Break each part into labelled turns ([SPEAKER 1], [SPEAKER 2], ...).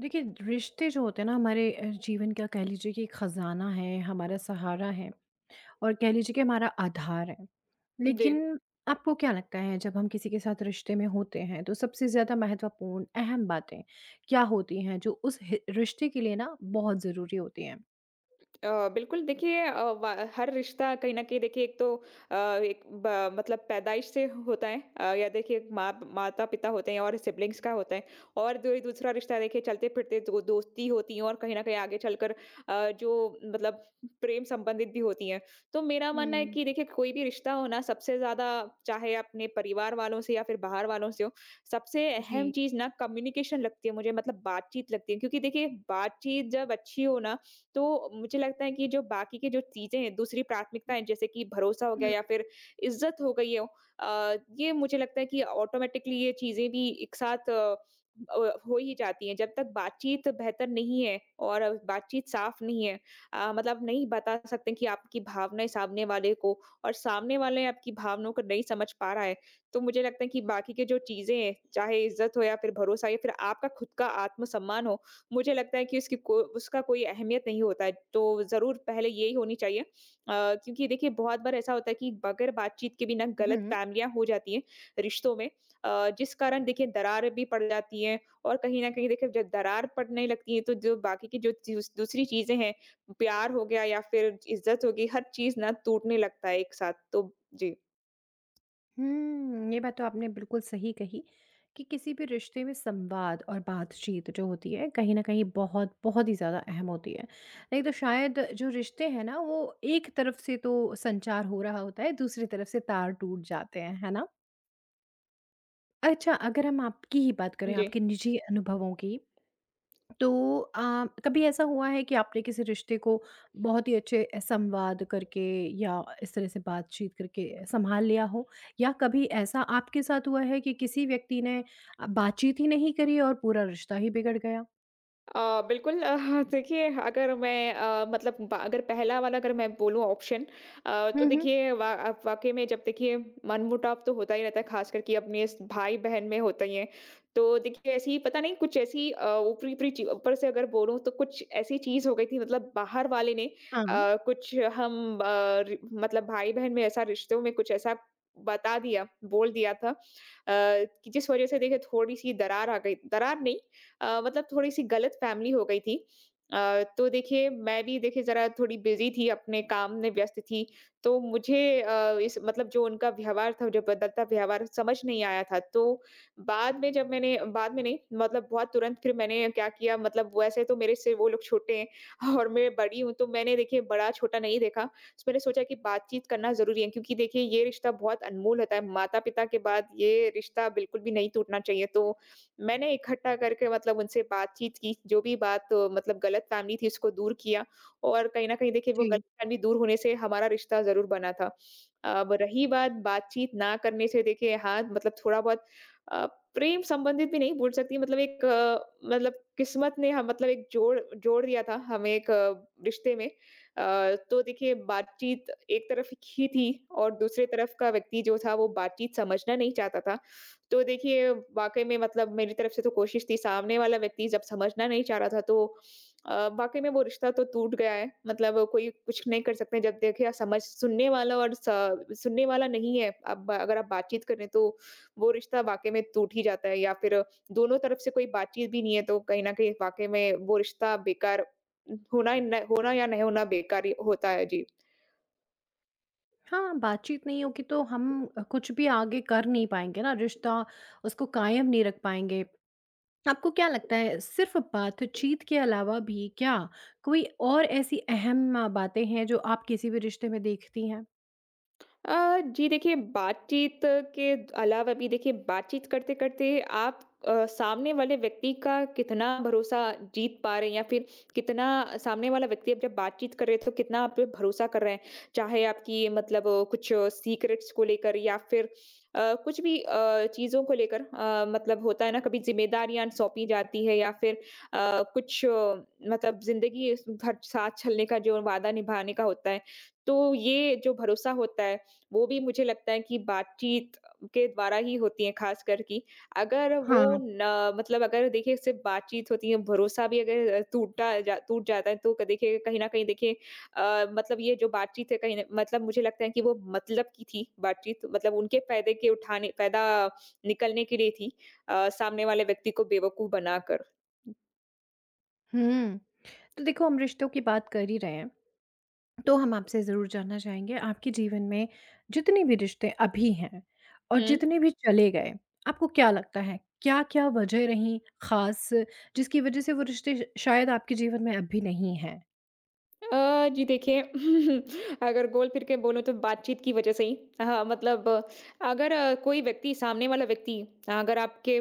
[SPEAKER 1] देखिए, रिश्ते जो होते हैं ना हमारे जीवन का कह लीजिए कि एक खजाना है, हमारा सहारा है और कह लीजिए कि हमारा आधार है।
[SPEAKER 2] जी।
[SPEAKER 1] लेकिन आपको क्या लगता है, जब हम किसी के साथ रिश्ते में होते हैं तो सबसे ज़्यादा महत्वपूर्ण अहम बातें क्या होती हैं जो उस रिश्ते के लिए ना बहुत ज़रूरी होती हैं?
[SPEAKER 2] बिल्कुल देखिए, अ, व हर रिश्ता कहीं न कहीं देखिए, एक तो अ, एक ब मतलब पैदाइश से होता है, या देखिए एक माँ माता-पिता होते हैं और सिब्लिंग्स का होता है। और दू दूसरा रिश्ता देखिए चलते-फिरते दो दोस्ती होती है, और कहीं न कहीं आगे चलकर अ, जो मतलब प्रेम संबंधित भी होती हैं। तो मेरा मानना है
[SPEAKER 1] हुँ।
[SPEAKER 2] कि देखिए कोई भी रिश्ता हो ना, सबसे ज़्यादा चाहे अपने परिवार वालों से या फिर बाहर वालों से हो, सबसे अहम
[SPEAKER 1] जी।
[SPEAKER 2] चीज़ ना कम्युनिकेशन लगती है मुझे, मतलब बातचीत लगती है। क्योंकि देखिए बातचीत जब अच्छी हो ना, तो मुझे लगता है कि जो बाकी की जो चीज़ें हैं, दूसरी प्राथमिकताएँ जैसे कि भरोसा हो गया
[SPEAKER 1] हुँ।
[SPEAKER 2] या फिर इज़्ज़त हो गई हो, ये मुझे लगता है कि ऑटोमैटिकली ये चीज़ें भी एक साथ हो ही जाती हैं। जब तक बातचीत बेहतर नहीं है और बातचीत साफ नहीं है, मतलब आप नहीं बता सकते कि आपकी भावनाएँ सामने वाले को, और सामने वाले आपकी भावनाओं को नहीं समझ पा रहा है, तो मुझे लगता है कि बाकी की जो चीज़ें हैं, चाहे इज़्ज़त हो या फिर भरोसा या फिर आपका खुद का आत्मसम्मान हो, मुझे लगता है कि उसकी को उसका कोई अहमियत नहीं होता है, तो ज़रूर पहले यही होनी चाहिए। क्योंकि देखिए बहुत बार ऐसा होता है कि बगैर बातचीत के भी ना
[SPEAKER 1] हुँ।
[SPEAKER 2] गलतफ़हमियाँ हो जाती हैं रिश्तों में, जिस कारण देखिए दरार भी पड़ जाती है। और कहीं न कहीं देखिए जब दरार पड़ने लगती है तो जो बाकी की जो चीज़ दूसरी चीज़ें हैं, प्यार हो गया या फिर इज़्ज़त हो गई, हर चीज़ ना टूटने लगता है एक साथ। तो जी।
[SPEAKER 1] हुँ, ये बात तो आपने बिल्कुल सही कही कि किसी भी रिश्ते में संवाद और बातचीत जो होती है, कहीं न कहीं बहुत, बहुत ही ज़्यादा अहम होती है। नहीं तो शायद जो रिश्ते हैं ना, वो एक तरफ से तो संचार हो रहा होता है, दूसरी तरफ से तार टूट जाते हैं, है ना? अच्छा, अगर हम आपकी ही बात करें,
[SPEAKER 2] जी।
[SPEAKER 1] आपके निजी अनुभवों की, तो कभी ऐसा हुआ है कि आपने किसी रिश्ते को बहुत ही अच्छे संवाद करके या इस तरह से बातचीत करके संभाल लिया हो? या कभी ऐसा आपके साथ हुआ है कि किसी व्यक्ति ने बातचीत ही नहीं करी और पूरा रिश्ता ही बिगड़ गया?
[SPEAKER 2] बिल्कुल, देखिए अगर मैं, अ, मतलब ब अगर पहला वाला अगर मैं बोलूँ ऑप्शन, तो
[SPEAKER 1] हुँ। हुँ।
[SPEAKER 2] देखिए वा अब वाक़ई में जब देखिए मनमुटाव तो होता ही रहता है, ख़ासकर कि अपने इस भाई-बहन में होता ही है। तो देखिए ऐसी पता नहीं कुछ ऐसी, ऊपरी-ऊपरी ची ऊपर से अगर बोलूँ तो कुछ ऐसी चीज़ हो गई थी, मतलब बाहर वाले ने,
[SPEAKER 1] हाँ।
[SPEAKER 2] अ, कुछ हम अ, रि मतलब भाई-बहन में, ऐसा रिश्तों में कुछ ऐसा बता दिया, बोल दिया था, कि जिस वज़ह से देखिए थोड़ी-सी दरार आ गई, दरार नहीं, मतलब थोड़ी-सी गलतफ़हमी हो गई थी। तो देखिए मैं भी देखिए ज़रा थोड़ी बिज़ी थी, अपने काम में व्यस्त थी, तो मुझे, अ, इस मतलब जो उनका व्यवहार था, जो बदलता व्यवहार समझ नहीं आया था। तो बाद में जब मैंने, बाद में नहीं मतलब बहुत तुरंत, फिर मैंने क्या किया मतलब, वैसे तो मेरे से वो लोग छोटे हैं और मैं बड़ी हूँ, तो मैंने देखिए बड़ा-छोटा नहीं देखा। तो मैंने सोचा कि बातचीत करना ज़रूरी है, क्योंकि देखिए ये रिश्ता बहुत अनमोल होता है, माता-पिता के बाद ये रिश्ता बिल्कुल भी नहीं टूटना चाहिए। तो मैंने इकट्ठा करके मतलब उनसे बातचीत की, जो भी बात, मतलब गलतफ़हमी थी उसको दूर किया, और कहीं न कहीं देखिए वो
[SPEAKER 1] जी।
[SPEAKER 2] गलतफ़हमी दूर होने से हमारा रिश्ता ज़रूर बना था। अब रही बात बातचीत ना करने से, देखिए हाँ, मतलब थोड़ा बहुत, अ, प्रेम संबंधित भी नहीं बोल सकती, मतलब एक, मतलब किस्मत ने, ह मतलब एक जोड़ जोड़ दिया था हमें एक, रिश्ते में। तो देखिए बातचीत एक तरफ ही थी, और दूसरी तरफ का व्यक्ति जो था वो बातचीत समझना नहीं चाहता था। तो देखिए, वाक़ई में, मतलब मेरी तरफ से तो कोशिश थी, सामने वाला व्यक्ति जब समझना नहीं चाह रहा था, तो वाक़ई में वो रिश्ता तो टूट गया है। मतलब कोई कुछ नहीं कर सकते जब देखिए, समझ सुनने वाला और स सुनने वाला नहीं है। अब अगर आप बातचीत करें तो वो रिश्ता वाक़ई में टूट ही जाता है, या फिर दोनों तरफ से कोई बातचीत भी नहीं है तो कहीं न कहीं वाक़ई में वो रिश्ता बेकार, होना ही न होना या नहीं होना बेकार ही होता है। जी।
[SPEAKER 1] हाँ, बातचीत नहीं होगी तो हम कुछ भी आगे कर नहीं पाएँगे ना, रिश्ता उसको कायम नहीं रख पाएँगे। आपको क्या लगता है सिर्फ़ बातचीत के अलावा भी क्या कोई और ऐसी अहम बातें हैं जो आप किसी भी रिश्ते में देखती हैं?
[SPEAKER 2] जी देखिए, बातचीत के अलावा भी देखिए, बातचीत करते-करते आप, सामने वाले व्यक्ति का कितना भरोसा जीत पा रहे हैं, या फिर कितना सामने वाला व्यक्ति, अब जब बातचीत कर रहे हैं तो कितना आप पे भरोसा कर रहे हैं। चाहे आपकी, मतलब, कुछ सीक्रेट्स को लेकर, या फिर कुछ भी, चीज़ों को लेकर, मतलब होता है ना कभी ज़िम्मेदारियाँ सौंपी जाती है, या फिर अ, कुछ अ, मतलब ज़िंदगी भर साथ चलने का, जो वादा निभाने का होता है। तो ये जो भरोसा होता है वो भी मुझे लगता है कि बातचीत के द्वारा ही होती है, ख़ासकर कि अगर वो
[SPEAKER 1] हाँ।
[SPEAKER 2] न, मतलब अगर देखिए सिर्फ़ बातचीत होती है, भरोसा भी अगर, टूट जाता है, तो क देखिए कहीं न कहीं देखिए, मतलब ये जो बातचीत है कहीं न, मतलब मुझे लगता है कि वो मतलब की थी बातचीत, मतलब उनके फ़ायदे के उठाने फ़ायदा निकलने के लिए थी, सामने वाले व्यक्ति को बेवकूफ़ बनाकर।
[SPEAKER 1] हुँ। तो देखो, हम रिश्तों की बात कर ही रहे हैं। तो हम आपसे ज़रूर जानना चाहेंगे, आपके जीवन में जितने भी रिश्ते अभी हैं और
[SPEAKER 2] हुँ।
[SPEAKER 1] जितने भी चले गए, आपको क्या लगता है क्या-क्या वजह रहीं ख़ास जिसकी वजह से वो रिश्ते श शायद आपके जीवन में अभी नहीं हैं?
[SPEAKER 2] जी देखिए, अगर गोल फिर के बोलूँ तो बातचीत की वजह से ही, हाँ मतलब अगर, अ, कोई व्यक्ति सामने वाला व्यक्ति अगर, आपके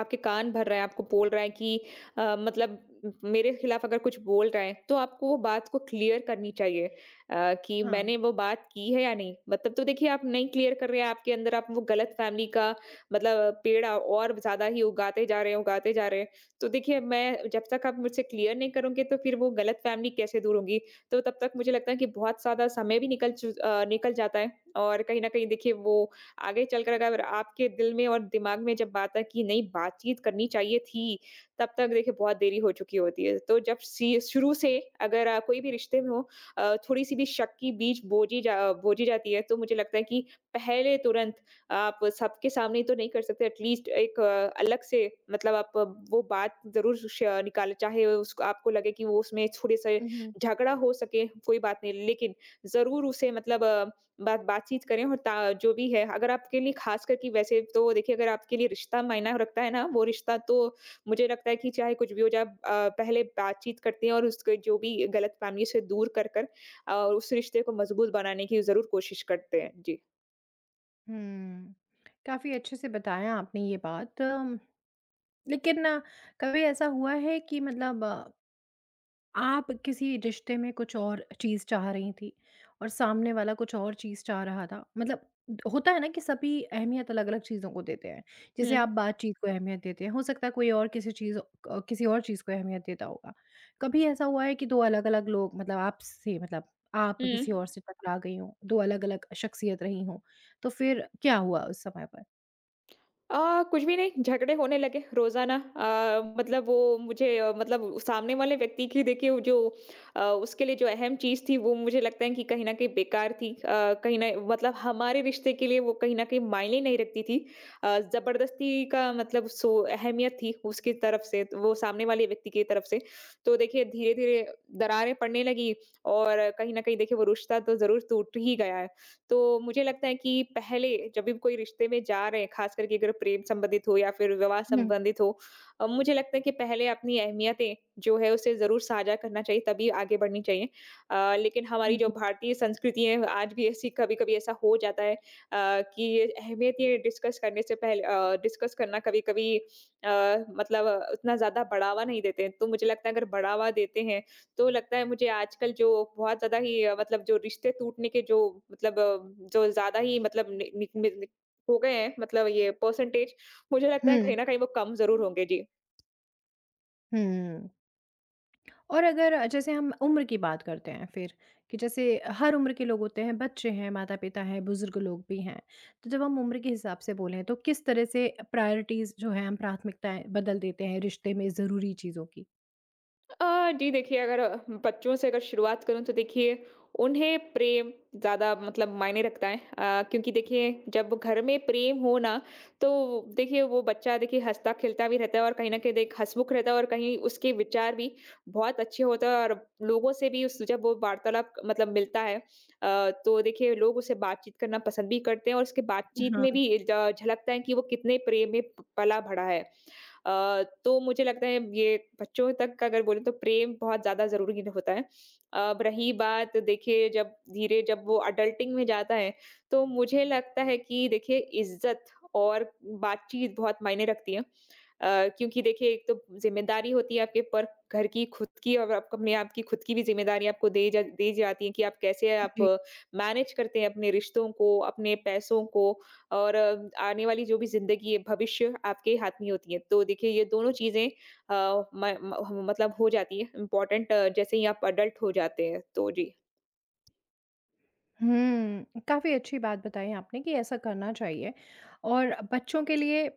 [SPEAKER 2] आपके कान भर रहा है, आपको बोल रहा है कि, मतलब मेरे खिलाफ अगर कुछ बोल रहा है, तो आपको वो बात को क्लियर करनी चाहिए, कि
[SPEAKER 1] हाँ।
[SPEAKER 2] मैंने वो बात की है या नहीं मतलब, तो देखिए आप नहीं क्लियर कर रहे हैं, आपके अंदर आप वो गलत फैमिली का मतलब पेड़ और ज्यादा ही उगाते जा रहे हैं, उगाते जा रहे हैं। तो देखिए मैं, जब तक आप मुझसे क्लियर नहीं करोगे तो फिर वो गलत फैमिली कैसे दूर होगी, तो तब तक मुझे लगता है कि बहुत ज़्यादा समय भी निकल जाता है। और कहीं न कहीं देखिए वो आगे चलकर अगर आपके दिल में और दिमाग में जब बात है कि नहीं बातचीत करनी चाहिए थी, तब तक देखिए बहुत देरी हो चुकी होती है। तो जब सी शुरू से अगर, कोई भी रिश्ते में हो, थोड़ी-सी भी शक की बीज बोजी जाती है, तो मुझे लगता है कि पहले तुरंत आप सबके सामने तो नहीं कर सकते, एटलीस्ट एक, अलग से मतलब आप, वो बात ज़रूर श निकालें, चाहे उसको आपको लगे कि वो उसमें थोड़े-से
[SPEAKER 1] उहुँ।
[SPEAKER 2] झगड़ा हो सके कोई बात नहीं, लेकिन ज़रूर उसे मतलब, बातचीत करें। और ता जो भी है अगर आपके लिए, खास करके वैसे तो देखिए अगर आपके लिए रिश्ता मायना रखता है ना वो रिश्ता, तो मुझे लगता है कि चाहे कुछ भी हो जाए आप, पहले बातचीत करते हैं और उसके जो भी गलतफहमी से दूर कर कर, और उस रिश्ते को मजबूत बनाने की ज़रूर कोशिश करते हैं। जी।
[SPEAKER 1] हुँ। काफ़ी अच्छे से बताया आपने ये बात। लेकिन कभी ऐसा हुआ है कि मतलब आप किसी रिश्ते में कुछ और चीज़ चाह रही थीं और सामने वाला कुछ और चीज़ चाह रहा था? मतलब होता है ना कि सभी अहमियत अलग-अलग चीज़ों को देते हैं। जैसे
[SPEAKER 2] हुँ,
[SPEAKER 1] आप बातचीत को अहमियत देते हैं, हो सकता है कोई और किसी किसी और चीज़ को अहमियत देता होगा। कभी ऐसा हुआ है कि 2 अलग-अलग लोग मतलब आपसे मतलब आप
[SPEAKER 2] हुँ।
[SPEAKER 1] किसी और से टकरा गई हों, 2 अलग-अलग शख्सियत रही हों, तो फिर क्या हुआ उस समय पर?
[SPEAKER 2] कुछ भी नहीं, झगड़े होने लगे रोज़ाना, मतलब वो मुझे, मतलब उस सामने वाले व्यक्ति की, देखिए उसके लिए जो अहम चीज़ थी वो मुझे लगता है कि कहीं न कहीं बेकार थी। अ, कहीं न मतलब हमारे रिश्ते के लिए वो कहीं न कहीं मायने नहीं रखती थी। ज़बरदस्ती का मतलब अहमियत थी उसकी तरफ से, तो वो सामने वाले व्यक्ति की तरफ से। तो देखिए धीरे-धीरे दरारें पड़ने लगी, और कहीं न कहीं देखिए वो रिश्ता तो ज़रूर टूट ही गया है। तो मुझे लगता है कि पहले जब भी कोई रिश्ते में जा रहे हैं, ख़ास करके अगर प्रेम संबंधित हो या फिर विवाह
[SPEAKER 1] हुँ।
[SPEAKER 2] संबंधित हो, मुझे लगता है कि पहले अपनी अहमियतें जो है उसे ज़रूर साझा करना चाहिए, तभी आगे बढ़नी चाहिए। लेकिन हमारी जो भारतीय संस्कृति है आज भी ऐसी, कभी-कभी ऐसा हो जाता है, कि ये अहमियतें डिस्कस करने से पहले, डिस्कस करना कभी-कभी, मतलब, उतना ज़्यादा बढ़ावा नहीं देते हैं। तो मुझे लगता है अगर बढ़ावा देते हैं तो लगता है मुझे, आजकल जो बहुत ज़्यादा ही, मतलब जो रिश्ते टूटने के जो, मतलब जो ज़्यादा ही मतलब नि, नि, नि, हो गए हैं, मतलब ये परसेंटेज मुझे लगता है
[SPEAKER 1] हुँ।
[SPEAKER 2] कहीं ना कहीं वो कम ज़रूर होंगे। जी।
[SPEAKER 1] हुँ। और अगर जैसे हम उम्र की बात करते हैं फिर, कि जैसे हर उम्र के लोग होते हैं, बच्चे हैं, माता-पिता हैं, बुज़ुर्ग लोग भी हैं। तो जब हम उम्र के हिसाब से बोलें तो किस तरह से प्रायोरिटीज़ जो हैं, हम प्राथमिकताएँ बदल देते हैं रिश्ते में ज़रूरी चीज़ों की?
[SPEAKER 2] जी देखिए अगर, बच्चों से अगर शुरुआत करूँ तो देखिए उन्हें प्रेम ज़्यादा मतलब मायने रखता है, क्योंकि देखिए जब घर में प्रेम हो ना, तो देखिए वो बच्चा देखिए हँसता खेलता भी रहता है, और कहीं न कहीं देख हँसमुख रहता है, और कहीं उसके विचार भी बहुत अच्छे होते हैं। और लोगों से भी उस जब वो वार्तालाप मतलब मिलता है, तो देखिए लोग उसे बातचीत करना पसंद भी करते हैं, और उसके बातचीत में
[SPEAKER 1] हाँ।
[SPEAKER 2] भी ज झलकता है कि वो कितने प्रेम में प पला-बढ़ा है। तो मुझे लगता है ये बच्चों तक का अगर बोले तो प्रेम बहुत ज़्यादा ज़रूरी होता है। अब रही बात देखिए जब धीरे जब वो एडल्टिंग में जाता है, तो मुझे लगता है कि देखिए इज़्ज़त और बातचीत बहुत मायने रखती है। क्योंकि देखिए एक तो ज़िम्मेदारी होती है आपके ऊपर, घर की, खुद की, और आप अपने आप की खुद की भी ज़िम्मेदारी आपको दी जाती है कि आप कैसे आप
[SPEAKER 1] जी।
[SPEAKER 2] मैनेज करते हैं अपने रिश्तों को, अपने पैसों को और आने वाली जो भी ज़िंदगी है, भविष्य आपके हाथ में होती है। तो देखिए ये दोनों चीज़ें अ, म म मतलब हो जाती है इम्पोर्टेंट जैसे ही आप अडल्ट हो जाते हैं। तो जी।
[SPEAKER 1] हुँ, काफ़ी अच्छी बात बताई आपने कि ऐसा करना चाहिए और बच्चों के लिए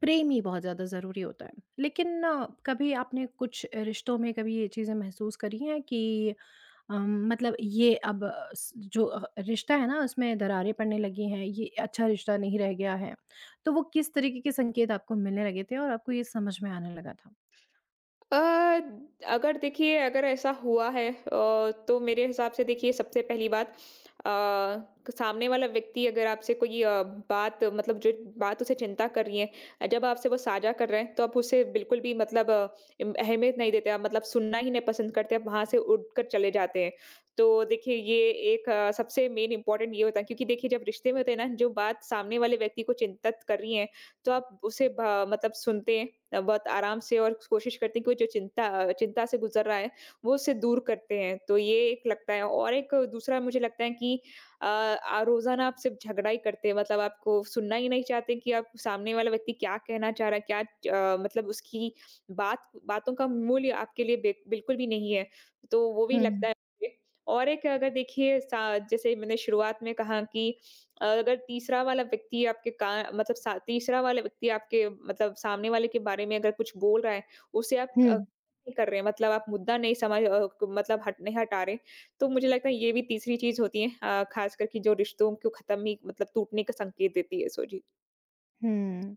[SPEAKER 1] प्रेम ही बहुत ज़्यादा ज़रूरी होता है। लेकिन कभी आपने कुछ रिश्तों में कभी ये चीज़ें महसूस करी हैं कि अम, मतलब ये अब अ, स जो रिश्ता है ना उसमें दरारें पड़ने लगी हैं, ये अच्छा रिश्ता नहीं रह गया है। तो वो किस तरीके के संकेत आपको मिलने लगे थे और आपको ये समझ में आने लगा था?
[SPEAKER 2] अ, अगर देखिए अगर ऐसा हुआ है, तो मेरे हिसाब से देखिए सबसे पहली बात, सामने वाला व्यक्ति अगर आपसे कोई बात मतलब जो बात उसे चिंता कर रही है जब आपसे वो साझा कर रहे हैं, तो आप उसे बिल्कुल भी मतलब अहमियत नहीं देते, आप मतलब सुनना ही नहीं पसंद करते, आप वहां से उठकर चले जाते हैं। तो देखिए ये एक सबसे मेन इंपॉर्टेंट ये होता है, क्योंकि देखिए जब रिश्ते में होते हैं ना जो बात सामने वाले व्यक्ति को चिंतित कर रही है, तो आप उसे भा मतलब सुनते हैं बहुत आराम से और कोशिश करते हैं कि वो जो चिंता से गुज़र रहा है, वो उससे दूर करते हैं। तो ये एक लगता है। और एक दूसरा मुझे लगता है कि अ, आ रोज़ाना आप सिर्फ़ झगड़ा ही करते हैं, मतलब आपको सुनना ही नहीं चाहते कि आप सामने वाला व्यक्ति क्या कहना चाह रहा है, क्या च मतलब उसकी बातों का मूल्य आपके लिए बे बिल्कुल भी नहीं है। तो वो भी
[SPEAKER 1] हुँ।
[SPEAKER 2] लगता है मुझे। और एक अगर देखिए सा जैसे मैंने शुरुआत में कहा कि अगर तीसरा वाला व्यक्ति आपके का मतलब सा तीसरा वाला व्यक्ति आपके मतलब सामने वाले के बारे में अगर कुछ बोल रहा है, उसे आप
[SPEAKER 1] हुँ।
[SPEAKER 2] नहीं कर रहे हैं, मतलब आप मुद्दा नहीं समझ अ, क मतलब हट नहीं हटा रहे, तो मुझे लगता है ये भी तीसरी चीज़ होती है ख़ासकर कि जो रिश्तों को ख़त्म ही मतलब टूटने का संकेत देती है। सो जी।
[SPEAKER 1] हुँ।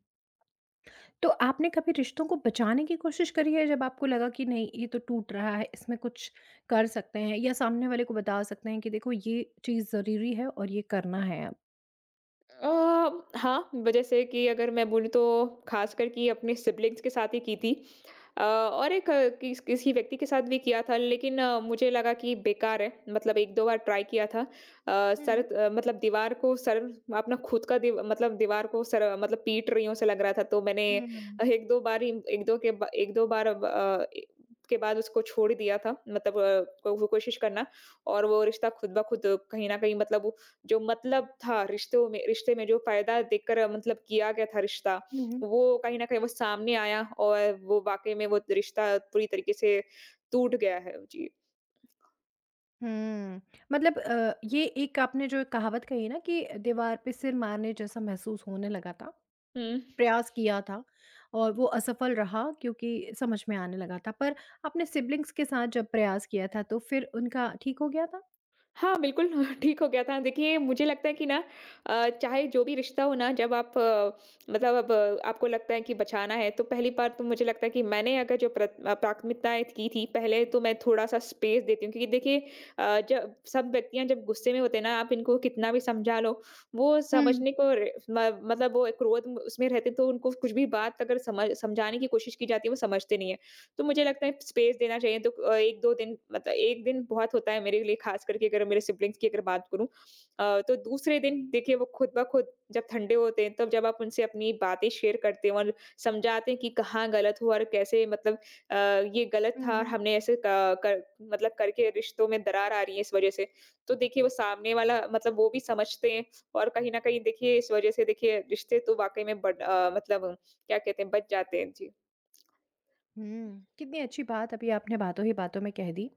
[SPEAKER 1] तो आपने कभी रिश्तों को बचाने की कोशिश करी है, जब आपको लगा कि नहीं ये तो टूट रहा है, इसमें कुछ कर सकते हैं या सामने वाले को बता सकते हैं कि देखो ये चीज़ ज़रूरी है और ये करना है अब?
[SPEAKER 2] अ, हाँ, ब जैसे कि अगर मैं बोलूँ तो ख़ासकर कि अपने सिब्लिंग्स के साथ ही की थी। और एक किसी व्यक्ति के साथ भी किया था, लेकिन मुझे लगा कि बेकार है, मतलब 1-2 बार ट्राई किया था।
[SPEAKER 1] हुँ।
[SPEAKER 2] मतलब दीवार को सर, अपना खुद का दीव मतलब दीवार को सर मतलब पीट रही हूँ ऐसा लग रहा था, तो मैंने
[SPEAKER 1] हुँ। हुँ।
[SPEAKER 2] 1-2 बार ही 1-2 के बा 1-2 बार अब अ, ए के बाद उसको छोड़ दिया था, मतलब अ, को वो कोशिश करना। और वो रिश्ता खुद ब खुद कहीं न कहीं मतलब जो मतलब था रिश्तों में रिश्ते में जो फ़ायदा देखकर मतलब किया गया था रिश्ता, वो कहीं न कहीं वो सामने आया और वो वाक़ई में वो रिश्ता पूरी तरीके से टूट गया है। जी।
[SPEAKER 1] हुँ। मतलब ये एक आपने जो कहावत कही ना कि दीवार पे सिर मारने जैसा महसूस होने लगा था,
[SPEAKER 2] हुँ।
[SPEAKER 1] प्रयास किया था और वो असफल रहा क्योंकि समझ में आने लगा था। पर आपने सिब्लिंग्स के साथ जब प्रयास किया था तो फिर उनका ठीक हो गया था?
[SPEAKER 2] हाँ, बिल्कुल ठीक हो गया था। देखिए, मुझे लगता है कि ना चाहे जो भी रिश्ता हो ना, जब आप आपको लगता है कि बचाना है, तो पहली बात तो मुझे लगता है कि मैंने अगर जो प्राथमिकताएँ की थी, पहले तो मैं थोड़ा-सा स्पेस देती हूँ। क्योंकि देखिए जब सब व्यक्तियाँ जब गुस्से में होते हैं ना, आप इनको कितना भी समझा लो, वो
[SPEAKER 1] हुँ।
[SPEAKER 2] समझने को रे म मतलब वो उसमें रहते हैं, तो उनको कुछ भी बात अगर समझाने की कोशिश की जाती है, वो समझते नहीं है। तो मुझे लगता है स्पेस देना चाहिए। तो 1-2 दिन मतलब 1 दिन बहुत होता है मेरे लिए, खास करके अगर मेरे सिब्लिंग्स की अगर बात करूँ, तो दूसरे दिन देखिए वो खुद ब खुद जब ठंडे होते हैं, तब जब आप उनसे अपनी बातें शेयर करते हैं और समझाते हैं कि कहाँ गलत हुआ और कैसे मतलब अ, ये गलत
[SPEAKER 1] हुँ।
[SPEAKER 2] था और
[SPEAKER 1] हुँ।
[SPEAKER 2] हमने ऐसे क कर मतलब करके रिश्तों में दरार आ रही है इस वजह से। तो देखिए वो सामने वाला मतलब वो भी समझते हैं और कहीं न कहीं देखिए इस वजह से देखिए रिश्ते तो वाक़ई में मतलब क्या कहते हैं बच जाते हैं। जी।
[SPEAKER 1] हुँ, कितनी अच्छी बात अभी आपने बातों ही बातों में कह दी।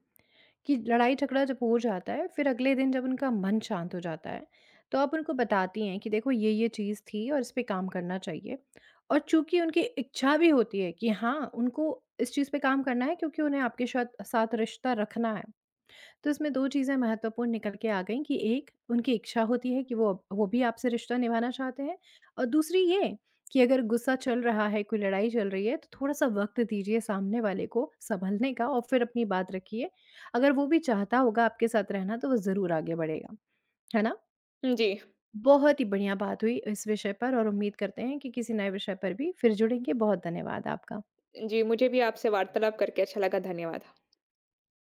[SPEAKER 1] कि लड़ाई झगड़ा जब हो जाता है, फिर अगले दिन जब उनका मन शांत हो जाता है तो आप उनको बताती हैं कि देखो ये चीज़ थी और इस पे काम करना चाहिए, और चूंकि उनकी इच्छा भी होती है कि हाँ उनको इस चीज़ पे काम करना है क्योंकि उन्हें आपके साथ साथ रिश्ता रखना है, तो इसमें 2 चीज़ें महत्वपूर्ण निकल के आ गईं, कि एक उनकी इच्छा होती है कि वो भी आपसे रिश्ता निभाना चाहते हैं और दूसरी ये कि अगर गुस्सा चल रहा है, कोई लड़ाई चल रही है तो थोड़ा-सा वक़्त दीजिए सामने वाले को सँभलने का और फिर अपनी बात रखिए। अगर वो भी चाहता होगा आपके साथ रहना तो वो ज़रूर आगे बढ़ेगा। है ना?
[SPEAKER 2] जी,
[SPEAKER 1] बहुत ही बढ़िया बात हुई इस विषय पर और उम्मीद करते हैं कि किसी नए विषय पर भी फिर जुड़ेंगे। बहुत धन्यवाद आपका।
[SPEAKER 2] जी, मुझे भी आपसे वार्तालाप करके अच्छा लगा, धन्यवाद।